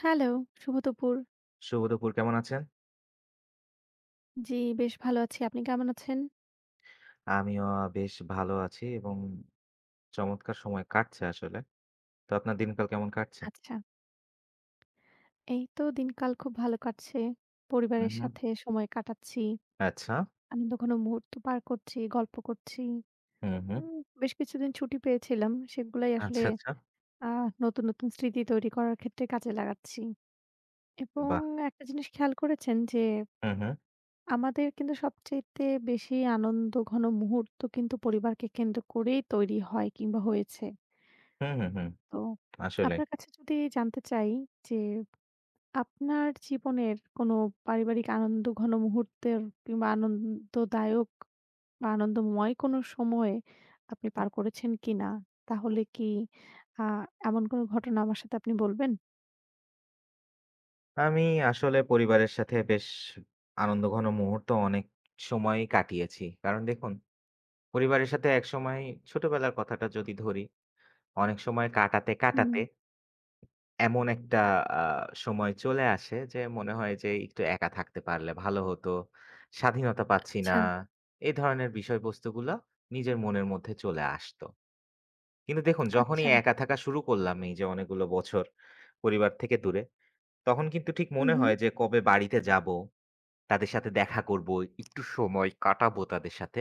Hello, শুভ দুপুর। শুভ দুপুর। কেমন আছেন? জি, বেশ ভালো আছি। আপনি কেমন আছেন? আমিও বেশ ভালো আছি এবং চমৎকার সময় কাটছে আসলে। তো আপনার দিনকাল কেমন কাটছে? আচ্ছা, এই তো দিনকাল খুব ভালো কাটছে। হুম, পরিবারের হুম। সাথে সময় কাটাচ্ছি। আচ্ছা। আনন্দ ঘন মুহূর্ত পার করছি, গল্প করছি। হুম, হুম। উম বেশ কিছুদিন ছুটি পেয়েছিলাম। সেগুলাই আসলে আচ্ছা, আচ্ছা। আ নতুন, নতুন স্মৃতি তৈরি করার ক্ষেত্রে কাজে লাগাচ্ছি। এবং বাহ! একটা জিনিস খেয়াল করেছেন যে হুম, হুম। আমাদের কিন্তু সবচাইতে বেশি আনন্দ ঘন মুহূর্ত কিন্তু পরিবারকে কেন্দ্র করেই তৈরি হয় কিংবা হয়েছে। হুম, হুম, হুম। তো আসলেই। আপনার কাছে যদি জানতে চাই যে আপনার জীবনের কোনো পারিবারিক আনন্দ ঘন মুহূর্তের কিংবা আনন্দদায়ক বা আনন্দময় কোনো সময়ে আপনি পার করেছেন কিনা তাহলে কি আহ এমন কোনো ঘটনা আমার সাথে আপনি বলবেন? আমি আসলে পরিবারের সাথে বেশ আনন্দঘন মুহূর্ত অনেক সময়ই কাটিয়েছি। কারণ দেখুন, পরিবারের সাথে একসময় ছোটবেলার কথাটা যদি ধরি, অনেক সময় কাটাতে, হুম, কাটাতে এমন একটা আ সময় চলে আসে যে মনে হয় যে একটু একা থাকতে পারলে ভালো হতো। স্বাধীনতা পাচ্ছি না। আচ্ছা, এই ধরনের বিষয়বস্তুগুলা নিজের মনের মধ্যে চলে আসতো। কিন্তু দেখুন যখনই আচ্ছা। একা থাকা শুরু করলাম এই যে অনেকগুলো বছর পরিবার থেকে দূরে, তখন কিন্তু ঠিক হুম, মনে হুম। হয় যে কবে বাড়িতে যাবো, তাদের সাথে দেখা করবো, একটু সময় কাটাবো তাদের সাথে।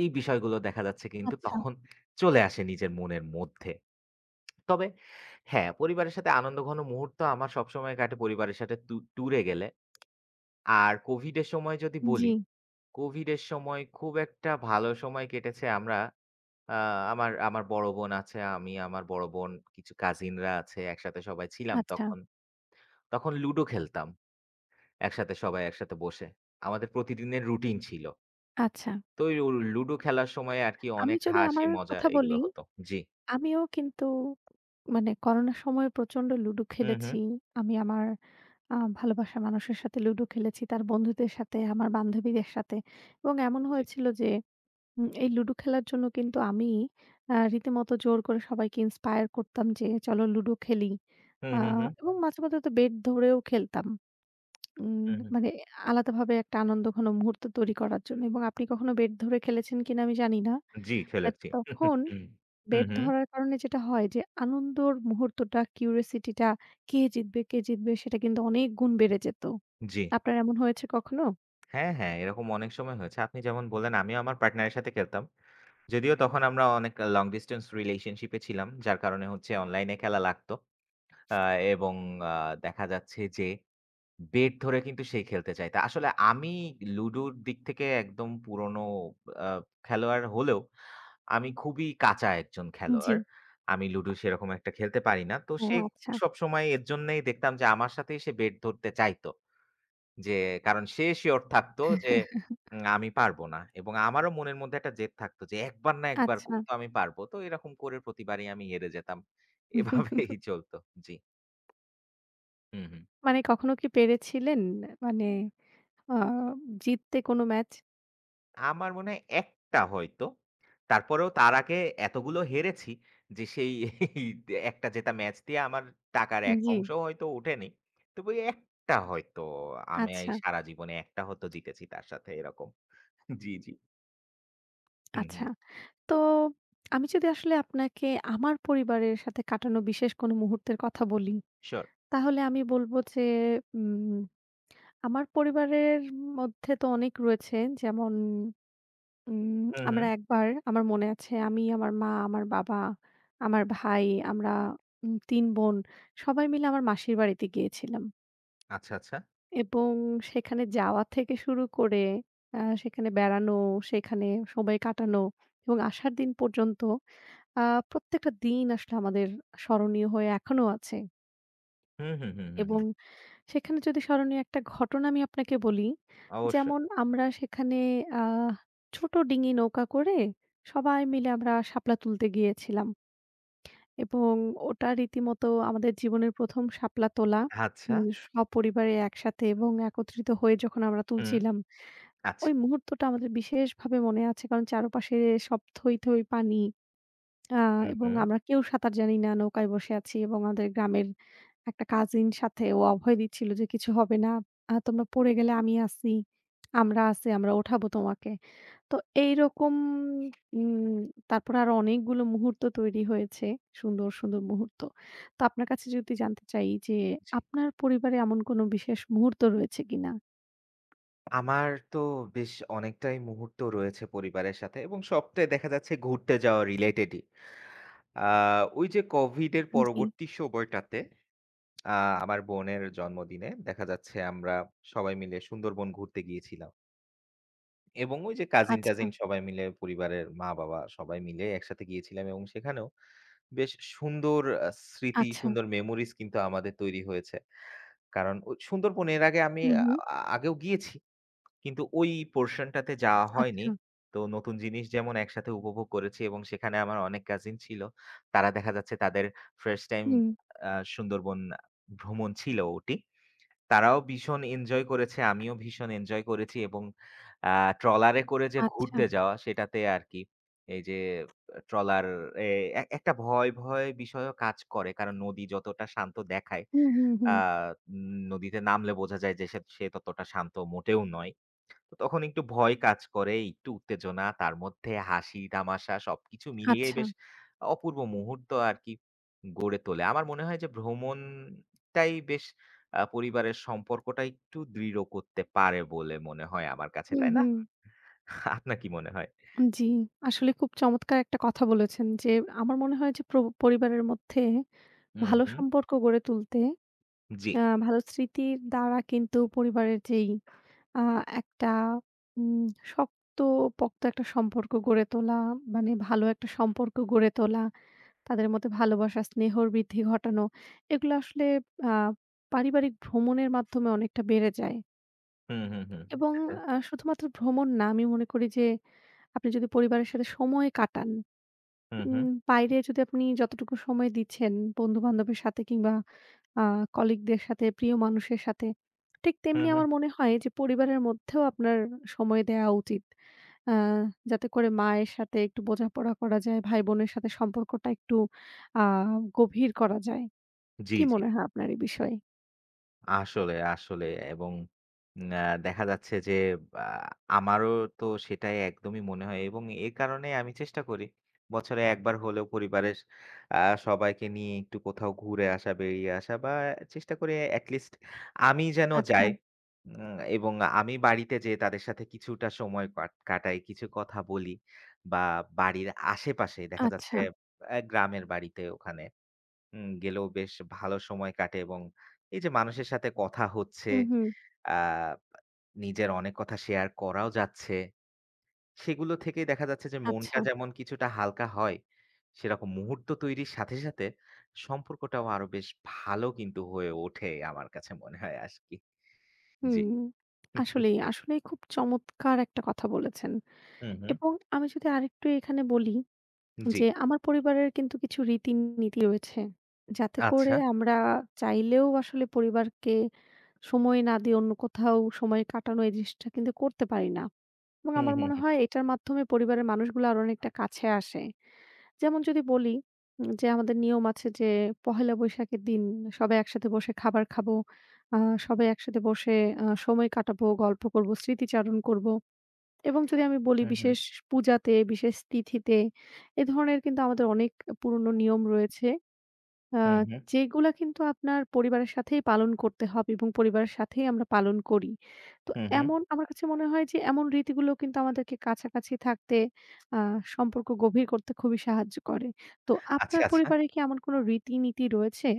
এই বিষয়গুলো দেখা যাচ্ছে কিন্তু আচ্ছা, তখন চলে আসে নিজের মনের মধ্যে। তবে হ্যাঁ, পরিবারের সাথে আনন্দঘন মুহূর্ত আমার সবসময় কাটে পরিবারের সাথে টু ট্যুরে গেলে। আর কোভিডের সময় যদি জি, বলি, কোভিডের সময় খুব একটা ভালো সময় কেটেছে। আমরা আ আমার আমার বড় বোন আছে, আমি, আমার বড় বোন, কিছু কাজিনরা আছে, একসাথে সবাই ছিলাম আচ্ছা, তখন। তখন লুডো খেলতাম একসাথে সবাই একসাথে বসে। আমাদের প্রতিদিনের রুটিন ছিল। আচ্ছা। তো ওই লুডো খেলার সময় আরকি আমি অনেক যদি হাসি আমার মজা কথা এগুলো বলি হতো। জি। আমিও কিন্তু মানে করোনার সময় প্রচন্ড লুডো হু, হু। খেলেছি। আমি আমার আ ভালোবাসা মানুষের সাথে লুডো খেলেছি, তার বন্ধুদের সাথে, আমার বান্ধবীদের সাথে এবং এমন জি। হয়েছিল যে এই লুডো খেলার জন্য কিন্তু আমি রীতিমতো জোর করে সবাইকে ইন্সপায়ার করতাম যে চলো লুডো খেলি। হু, আ হু, হু। এবং মাঝে, মাঝে তো বেট ধরেও খেলতাম। উম হু, হু। মানে আলাদাভাবে একটা আনন্দঘন মুহূর্ত তৈরি করার জন্য এবং আপনি কখনো বেট ধরে খেলেছেন কিনা আমি জানি না। জি, খেলেছি। তখন হু, বেট হু। ধরার কারণে যেটা হয় যে আনন্দর মুহূর্তটা, কিউরিওসিটিটা কে জিতবে, কে জিতবে সেটা কিন্তু অনেক গুণ বেড়ে যেত। জি। আপনার এমন হয়েছে কখনো? হ্যাঁ, হ্যাঁ, এরকম অনেক সময় হয়েছে। আপনি যেমন বললেন আমিও আমার পার্টনারের সাথে খেলতাম। যদিও তখন আমরা অনেক লং ডিসট্যান্স রিলেশনশিপ এ ছিলাম। যার কারণে হচ্ছে অনলাইনে খেলা লাগতো। আ এবং আ দেখা যাচ্ছে যে বেট ধরে কিন্তু সে খেলতে চাইতো। আসলে আমি লুডোর দিক থেকে একদম পুরনো আ খেলোয়াড় হলেও আমি খুবই কাঁচা একজন জি। খেলোয়াড়। আমি লুডো সেরকম একটা খেলতে পারি না। তো ও সে আচ্ছা। সবসময় এর জন্যই দেখতাম যে আমার সাথেই সে বেট ধরতে চাইতো। যে কারণ সে সিওর থাকতো যে আমি পারব না। এবং আমারও মনের মধ্যে একটা জেদ থাকতো যে একবার না একবার আচ্ছা। তো আমি পারব। তো এরকম করে প্রতিবারই আমি হেরে যেতাম। এভাবেই চলতো। জি। হুম, হুম। মানে কখনো কি পেরেছিলেন? মানে আ জিততে কোনো ম্যাচ? আমার মনে হয় একটা হয়তো। তারপরেও তার আগে এতগুলো হেরেছি যে সেই একটা জেতা ম্যাচ দিয়ে আমার টাকার এক জি। অংশও হয়তো ওঠেনি। তবে ওই একটা হয়তো আমি এই আচ্ছা, সারা জীবনে একটা হয়তো জিতেছি তার সাথে এরকম। জি, জি। হুম, আচ্ছা। হুম। তো আমি যদি আসলে আপনাকে আমার পরিবারের সাথে কাটানো বিশেষ কোনো মুহূর্তের কথা বলি, সিওর। তাহলে আমি বলব যে উম আমার পরিবারের মধ্যে তো অনেক রয়েছে। যেমন উম হুম, হুম। আমরা একবার আমার মনে আছে আমি, আমার মা, আমার বাবা, আমার ভাই, আমরা ৩ বোন সবাই মিলে আমার মাসির বাড়িতে গিয়েছিলাম। আচ্ছা, আচ্ছা। এবং সেখানে যাওয়া থেকে শুরু করে সেখানে বেড়ানো, সেখানে সময় কাটানো এবং আসার দিন পর্যন্ত আ প্রত্যেকটা দিন আসলে আমাদের স্মরণীয় হয়ে এখনো আছে। হুম, হুম, হুম, হুম, হুম। এবং সেখানে যদি স্মরণীয় একটা ঘটনা আমি আপনাকে বলি, অবশ্যই। যেমন আমরা সেখানে আ ছোট ডিঙি নৌকা করে সবাই মিলে আমরা শাপলা তুলতে গিয়েছিলাম এবং ওটা রীতিমতো আমাদের জীবনের ১ম শাপলা তোলা। আচ্ছা। সপরিবারে একসাথে এবং একত্রিত হয়ে যখন আমরা হুম। তুলছিলাম, আচ্ছা। ওই মুহূর্তটা আমাদের বিশেষভাবে মনে আছে। কারণ চারপাশে সব থই, থই পানি। আ হুম, এবং হুম। আমরা কেউ সাঁতার জানি না, নৌকায় বসে আছি এবং আমাদের গ্রামের একটা কাজিন সাথে ও অভয় দিচ্ছিল যে, "কিছু হবে না। তোমরা পড়ে গেলে আমি আছি। আমরা আছি, আমরা ওঠাবো তোমাকে।" তো এইরকম উম তারপরে আরো অনেকগুলো মুহূর্ত তৈরি হয়েছে। সুন্দর, সুন্দর মুহূর্ত। তো আপনার কাছে যদি জানতে চাই যে, জি। আপনার পরিবারে এমন কোনো বিশেষ মুহূর্ত রয়েছে কিনা? আমার তো বেশ অনেকটাই মুহূর্ত রয়েছে পরিবারের সাথে এবং সবটাই দেখা যাচ্ছে ঘুরতে যাওয়া রিলেটেডই। আ ওই যে COVID এর জি। পরবর্তী সময়টাতে আ আমার বোনের জন্মদিনে দেখা যাচ্ছে আমরা সবাই মিলে সুন্দরবন ঘুরতে গিয়েছিলাম। এবং ওই যে হ্যাঁ। আচ্ছা, কাজিন-টাজিন সবাই মিলে পরিবারের মা-বাবা সবাই মিলে একসাথে গিয়েছিলাম এবং সেখানেও বেশ সুন্দর আ স্মৃতি, আচ্ছা। সুন্দর মেমোরিজ কিন্তু আমাদের তৈরি হয়েছে। কারণ ওই সুন্দরবন এর আগে আমি হু, আ হু। আ- আগেও গিয়েছি। কিন্তু ওই পোরশন টাতে যাওয়া হয়নি। আচ্ছা। তো নতুন জিনিস যেমন একসাথে উপভোগ করেছি এবং সেখানে আমার অনেক কাজিন ছিল। তারা দেখা যাচ্ছে তাদের ফার্স্ট টাইম হুম। সুন্দরবন ভ্রমণ ছিল ওটি। তারাও ভীষণ এনজয় করেছে, আমিও ভীষণ এনজয় করেছি এবং আ ট্রলারে করে যে আচ্ছা। ঘুরতে যাওয়া সেটাতে আরকি এই যে ট্রলার এ একটা ভয়, ভয় বিষয়ও কাজ করে। কারণ নদী যতটা শান্ত দেখায় হুম, হুম, আ হুম। নদীতে নামলে বোঝা যায় যে সে সে ততটা শান্ত মোটেও নয়। তো তখন একটু ভয় কাজ করে, একটু উত্তেজনা, তার মধ্যে হাসি, তামাশা সবকিছু মিলিয়েই আচ্ছা। বেশ অপূর্ব মুহূর্ত আরকি গড়ে তোলে। আমার মনে হয় যে ভ্রমণটাই বেশ পরিবারের সম্পর্কটা একটু দৃঢ় করতে পারে বলে মনে হয় আমার কাছে, হুম, তাই না? হুম। আপনার কি মনে হয়? জি, আসলে খুব চমৎকার একটা কথা বলেছেন যে, আমার মনে হয় যে পরিবারের মধ্যে হুম, ভালো হুম। সম্পর্ক গড়ে তুলতে জি। ভালো স্মৃতির দ্বারা কিন্তু পরিবারের যেই আ একটা উম শক্তপোক্ত একটা সম্পর্ক গড়ে তোলা, মানে ভালো একটা সম্পর্ক গড়ে তোলা, তাদের মধ্যে ভালোবাসা, স্নেহর বৃদ্ধি ঘটানো, এগুলো আসলে আ পারিবারিক ভ্রমণের মাধ্যমে অনেকটা বেড়ে যায় হুম, হুম, হুম। এবং আচ্ছা। শুধুমাত্র ভ্রমণ না আমি মনে করি যে আপনি যদি পরিবারের সাথে সময় কাটান হুম, উম হুম। বাইরে যদি আপনি যতটুকু সময় দিচ্ছেন বন্ধু-বান্ধবের সাথে কিংবা আ কলিগদের সাথে, প্রিয় মানুষের সাথে, ঠিক হুম, তেমনি হুম। আমার মনে হয় যে পরিবারের মধ্যেও আপনার সময় দেয়া উচিত। আ যাতে করে মায়ের সাথে একটু বোঝাপড়া করা যায়, ভাই-বোনের সাথে সম্পর্কটা একটু আ গভীর করা যায়। জি, কি জি। মনে হয় আপনার এই বিষয়ে? আসলে, আসলে এবং আ দেখা যাচ্ছে যে আ আমারও তো সেটাই একদমই মনে হয় এবং এ কারণে আমি চেষ্টা করি বছরে ১ বার হলেও পরিবারের আ সবাইকে নিয়ে একটু কোথাও ঘুরে আসা, বেরিয়ে আসা বা চেষ্টা করি এটলিস্ট আমি যেন যাই। আচ্ছা, এবং আমি বাড়িতে যেয়ে তাদের সাথে কিছুটা সময় কাটাই, কিছু কথা বলি বা বাড়ির আশেপাশে দেখা যাচ্ছে আচ্ছা, গ্রামের বাড়িতে ওখানে গেলেও বেশ ভালো সময় কাটে এবং এই যে মানুষের সাথে কথা হচ্ছে, হুম, হুম। আ নিজের অনেক কথা শেয়ার করাও যাচ্ছে। সেগুলো থেকেই দেখা যাচ্ছে যে মনটা আচ্ছা। যেমন কিছুটা হালকা হয়, সেরকম মুহূর্ত তৈরির সাথে, সাথে সম্পর্কটাও আরো বেশ ভালো কিন্তু হয়ে ওঠে আমার কাছে মনে হয় আরকি। হুম, জি। আসলেই, আসলেই খুব চমৎকার একটা কথা বলেছেন। হুম, হুম। এবং আমি যদি আরেকটু এখানে বলি জি। যে আমার পরিবারের কিন্তু কিছু রীতিনীতি রয়েছে। যাতে করে আচ্ছা। আমরা চাইলেও আসলে পরিবারকে সময় না দিয়ে অন্য কোথাও সময় কাটানো এই জিনিসটা কিন্তু করতে পারি না। এবং হুম, আমার হুম, মনে হুম, হয় এটার মাধ্যমে পরিবারের মানুষগুলো আরো অনেকটা কাছে আসে। যেমন যদি বলি যে আমাদের নিয়ম আছে যে পহেলা বৈশাখের দিন সবাই একসাথে বসে খাবার খাবো। আ সবাই একসাথে বসে সময় কাটাবো, গল্প করব, স্মৃতিচারণ করব। এবং যদি আমি বলি হুম, হুম, বিশেষ পূজাতে, বিশেষ তিথিতে এ ধরনের কিন্তু আমাদের অনেক পুরনো নিয়ম রয়েছে। আ হুম, যেগুলা কিন্তু আপনার পরিবারের সাথেই পালন করতে হবে এবং পরিবারের সাথেই আমরা পালন করি। তো হুম, হুম। এমন আমার কাছে মনে হয় যে এমন রীতিগুলো কিন্তু আমাদেরকে কাছাকাছি থাকতে আ সম্পর্ক গভীর করতে খুবই সাহায্য করে। তো আচ্ছা, আপনার আচ্ছা। পরিবারে কি এমন কোনো রীতিনীতি রয়েছে?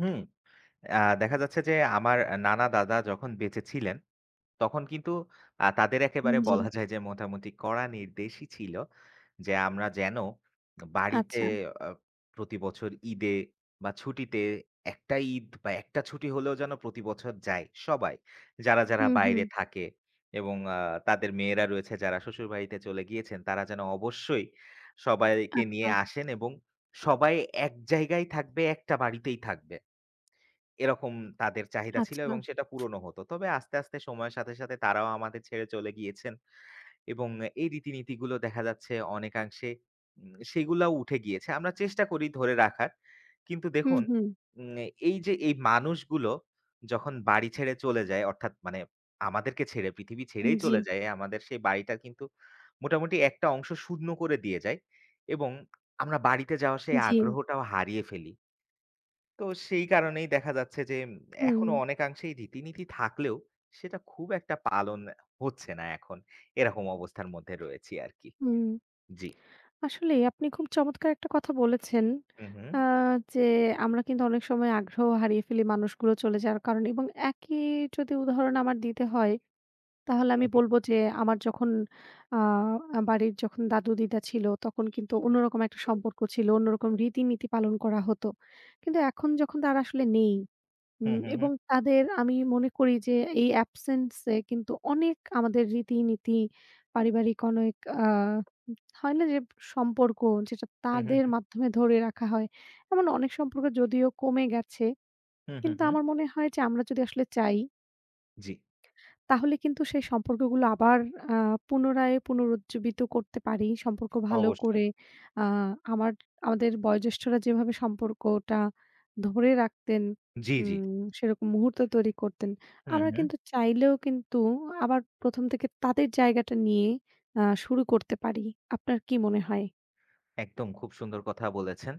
হুম। আ দেখা যাচ্ছে যে আমার নানা দাদা যখন বেঁচে ছিলেন তখন কিন্তু তাদের একেবারে জি। বলা যায় যে মোটামুটি কড়া নির্দেশই ছিল যে আমরা যেন বাড়িতে আচ্ছা। আ প্রতি বছর ঈদে বা ছুটিতে ১ টা ঈদ বা ১ টা ছুটি হলেও যেন প্রতি বছর যায় সবাই। যারা, যারা হুম, হুম। বাইরে থাকে এবং তাদের মেয়েরা রয়েছে যারা শ্বশুরবাড়িতে চলে গিয়েছেন তারা যেন অবশ্যই সবাইকে নিয়ে আচ্ছা, আসেন এবং সবাই এক জায়গায় থাকবে, একটা বাড়িতেই থাকবে। এরকম তাদের চাহিদা ছিল আচ্ছা। এবং সেটা পূরণও হতো। তবে আস্তে, আস্তে সময়ের সাথে, সাথে তারাও আমাদের ছেড়ে চলে গিয়েছেন এবং এই রীতিনীতিগুলো দেখা যাচ্ছে অনেকাংশে সেগুলাও উঠে গিয়েছে। আমরা চেষ্টা করি ধরে রাখার। কিন্তু হুম, দেখুন হুম। উম এই যে এই মানুষগুলো যখন বাড়ি ছেড়ে চলে যায় অর্থাৎ মানে আমাদেরকে ছেড়ে পৃথিবী ছেড়েই জি, চলে যায়, আমাদের সেই বাড়িটা কিন্তু মোটামুটি একটা অংশ শূন্য করে দিয়ে যায় এবং আমরা বাড়িতে যাওয়ার সেই জি। আগ্রহটাও হারিয়ে ফেলি। তো সেই কারণেই দেখা যাচ্ছে যে হুম, এখনো অনেকাংশেই রীতিনীতি থাকলেও সেটা খুব একটা পালন হচ্ছে না এখন। এরকম অবস্থার মধ্যে রয়েছি আরকি। হুম। জি। আসলেই আপনি খুব চমৎকার একটা কথা বলেছেন। হু, হু। আ যে আমরা কিন্তু অনেক সময় আগ্রহ হারিয়ে ফেলি মানুষগুলো চলে যাওয়ার কারণে এবং একই যদি উদাহরণ আমার দিতে হয় তাহলে হু, আমি হু। বলব যে আমার যখন আ বাড়ির যখন দাদু-দিদা ছিল তখন কিন্তু অন্যরকম একটা সম্পর্ক ছিল, অন্যরকম রীতিনীতি পালন করা হতো। কিন্তু এখন যখন তারা আসলে নেই হু, হু, হু। এবং তাদের আমি মনে করি যে এই অ্যাবসেন্স এ কিন্তু অনেক আমাদের রীতিনীতি, পারিবারিক অনেক আ হয় না যে সম্পর্ক যেটা হু, হু, তাদের হু। মাধ্যমে ধরে রাখা হয়। এমন অনেক সম্পর্ক যদিও কমে গেছে। হু, হু, কিন্তু হু। আমার মনে হয় যে আমরা যদি আসলে চাই জি, তাহলে কিন্তু সেই সম্পর্কগুলো আবার আ পুনরায় পুনরুজ্জীবিত করতে পারি। সম্পর্ক ভালো অবশ্যই। করে আ আমার আমাদের বয়োজ্যেষ্ঠরা যেভাবে সম্পর্কটা ধরে রাখতেন জি, জি। সেরকম মুহূর্ত তৈরি করতেন। হু, আমরা হু। কিন্তু চাইলেও কিন্তু আবার ১ম থেকে তাদের জায়গাটা নিয়ে শুরু করতে পারি। আপনার কি মনে হয়? একদম খুব সুন্দর কথা বলেছেন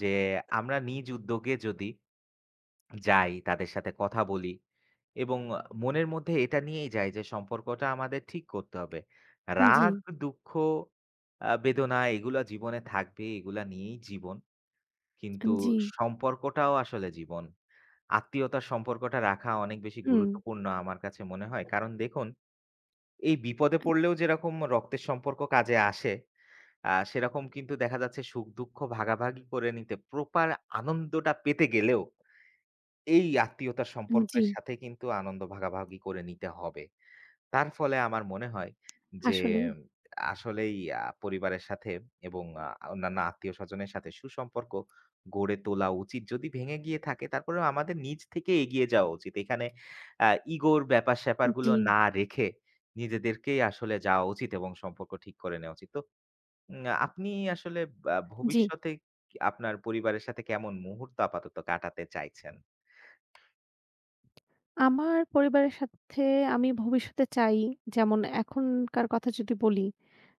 যে আমরা নিজ উদ্যোগে যদি যাই, তাদের সাথে কথা বলি এবং মনের মধ্যে এটা নিয়েই যাই যে সম্পর্কটা আমাদের ঠিক করতে হবে। জি। রাগ, দুঃখ, বেদনা এগুলা জীবনে থাকবে, এগুলা নিয়েই জীবন। কিন্তু জি, সম্পর্কটাও আসলে জীবন। আত্মীয়তার সম্পর্কটা রাখা অনেক বেশি হুম, গুরুত্বপূর্ণ আমার কাছে মনে হয়। কারণ দেখুন এই বিপদে পড়লেও যেরকম রক্তের সম্পর্ক কাজে আসে, সেরকম কিন্তু দেখা যাচ্ছে সুখ-দুঃখ ভাগাভাগি করে নিতে প্রপার আনন্দটা পেতে গেলেও এই আত্মীয়তার জি, সম্পর্কের সাথে কিন্তু আনন্দ ভাগাভাগি করে নিতে হবে। তার ফলে আমার মনে হয় যে আসলেই। আসলেই পরিবারের সাথে এবং অন্যান্য আত্মীয়স্বজনের সাথে সুসম্পর্ক গড়ে তোলা উচিত। যদি ভেঙে গিয়ে থাকে তারপরেও আমাদের নিজ থেকে এগিয়ে যাওয়া উচিত। এখানে আ ইগোর ব্যাপার-স্যাপার জি, গুলো না রেখে নিজেদেরকেই আসলে যাওয়া উচিত এবং সম্পর্ক ঠিক করে নেওয়া উচিত। তো আপনি আসলে জি। ভবিষ্যতে আপনার পরিবারের সাথে কেমন মুহূর্ত আপাতত কাটাতে চাইছেন? আমার পরিবারের সাথে আমি ভবিষ্যতে চাই যেমন এখনকার কথা যদি বলি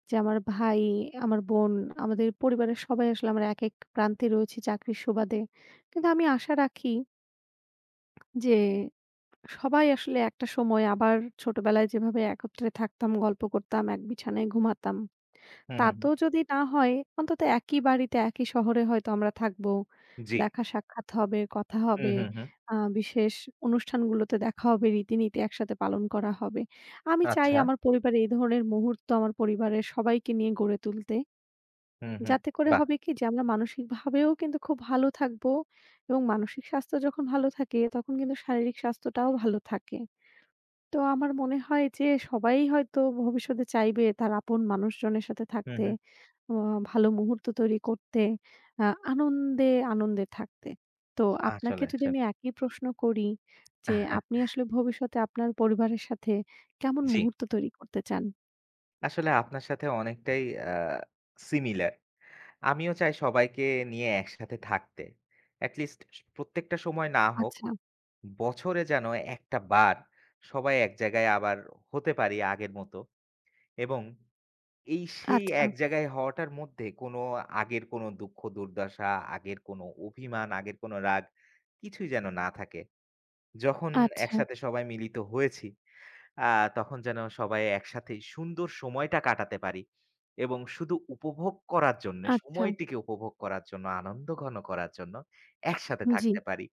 যে আমার ভাই, আমার বোন, আমাদের পরিবারের সবাই আসলে আমরা এক, এক প্রান্তে রয়েছি চাকরির সুবাদে। কিন্তু আমি আশা রাখি যে সবাই আসলে একটা সময় আবার ছোটবেলায় যেভাবে একত্রে থাকতাম, গল্প করতাম, এক বিছানায় ঘুমাতাম হু, হু। তাতেও যদি না হয়, অন্তত একই বাড়িতে, একই শহরে হয়তো আমরা থাকবো। জি। দেখা সাক্ষাৎ হবে, কথা হুম, হবে। হুম, হুম। বিশেষ অনুষ্ঠানগুলোতে দেখা হবে, রীতিনীতি একসাথে পালন করা হবে। আমি চাই আচ্ছা। আমার পরিবারে এই ধরনের মুহূর্ত আমার পরিবারের সবাইকে নিয়ে গড়ে তুলতে। হুম, হুম। যাতে করে বাহ! হবে কি যে আমরা মানসিকভাবেও কিন্তু খুব ভালো থাকবো এবং মানসিক স্বাস্থ্য যখন ভালো থাকে তখন কিন্তু শারীরিক স্বাস্থ্যটাও ভালো থাকে। তো আমার মনে হয় যে সবাই হয়তো ভবিষ্যতে চাইবে তার আপন মানুষজনের সাথে হুম, থাকতে, হুম। আ ভালো মুহূর্ত তৈরি করতে, আ আনন্দে, আনন্দে থাকতে। তো আপনাকে আসলে, যদি আসলে। আমি একই প্রশ্ন করি যে আহা, আপনি আসলে ভবিষ্যতে আপনার পরিবারের সাথে কেমন জি। মুহূর্ত তৈরি করতে চান? আসলে আপনার সাথে অনেকটাই আ সিমিলার। আমিও চাই সবাইকে নিয়ে একসাথে থাকতে। এটলিস্ট প্রত্যেকটা সময় না হোক, আচ্ছা, বছরে যেন একটা বার সবাই এক জায়গায় আবার হতে পারি আগের মতো এবং এই সেই আচ্ছা, এক জায়গায় হওয়াটার মধ্যে কোনো আগের কোনো দুঃখ দুর্দশা, আগের কোনো অভিমান, আগের কোনো রাগ কিছুই যেন না থাকে। যখন আচ্ছা, একসাথে সবাই মিলিত হয়েছি, আ তখন যেন সবাই একসাথেই সুন্দর সময়টা কাটাতে পারি এবং শুধু উপভোগ করার জন্যে, আচ্ছা। সময়টিকে উপভোগ করার জন্য, আনন্দঘন করার জন্য একসাথে জি, থাকতে পারি।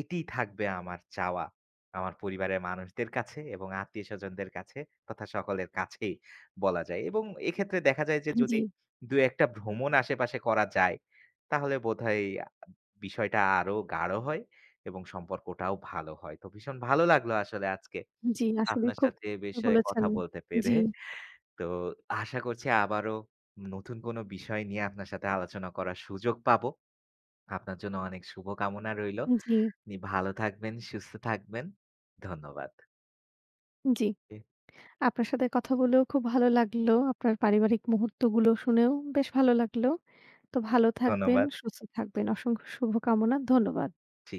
এটিই থাকবে আমার চাওয়া। আমার পরিবারের মানুষদের কাছে এবং আত্মীয়স্বজনদের কাছে তথা সকলের কাছেই বলা যায় এবং এক্ষেত্রে দেখা যায় যে যদি জি, ২-১ টা ভ্রমণ আশেপাশে করা যায়, তাহলে বোধহয় বিষয়টা আরো গাঢ় হয় এবং সম্পর্কটাও ভালো হয়। তো ভীষণ ভালো লাগলো আসলে আজকে জি। আসলে আপনার খুব সাথে এ বিষয়ে বলেছেন। কথা বলতে পেরে। জি, তো আশা করছি আবারও নতুন কোনো বিষয় নিয়ে আপনার সাথে আলোচনা করার সুযোগ পাবো। আপনার জন্য অনেক শুভকামনা রইলো। জি, আপনি ভালো থাকবেন, সুস্থ থাকবেন। ধন্যবাদ। জি। জি, আপনার সাথে কথা বলেও খুব ভালো লাগলো। আপনার পারিবারিক মুহূর্তগুলো শুনেও বেশ ভালো লাগলো। তো ভালো থাকবেন, ধন্যবাদ। সুস্থ থাকবেন। অসংখ্য শুভকামনা। ধন্যবাদ। জি।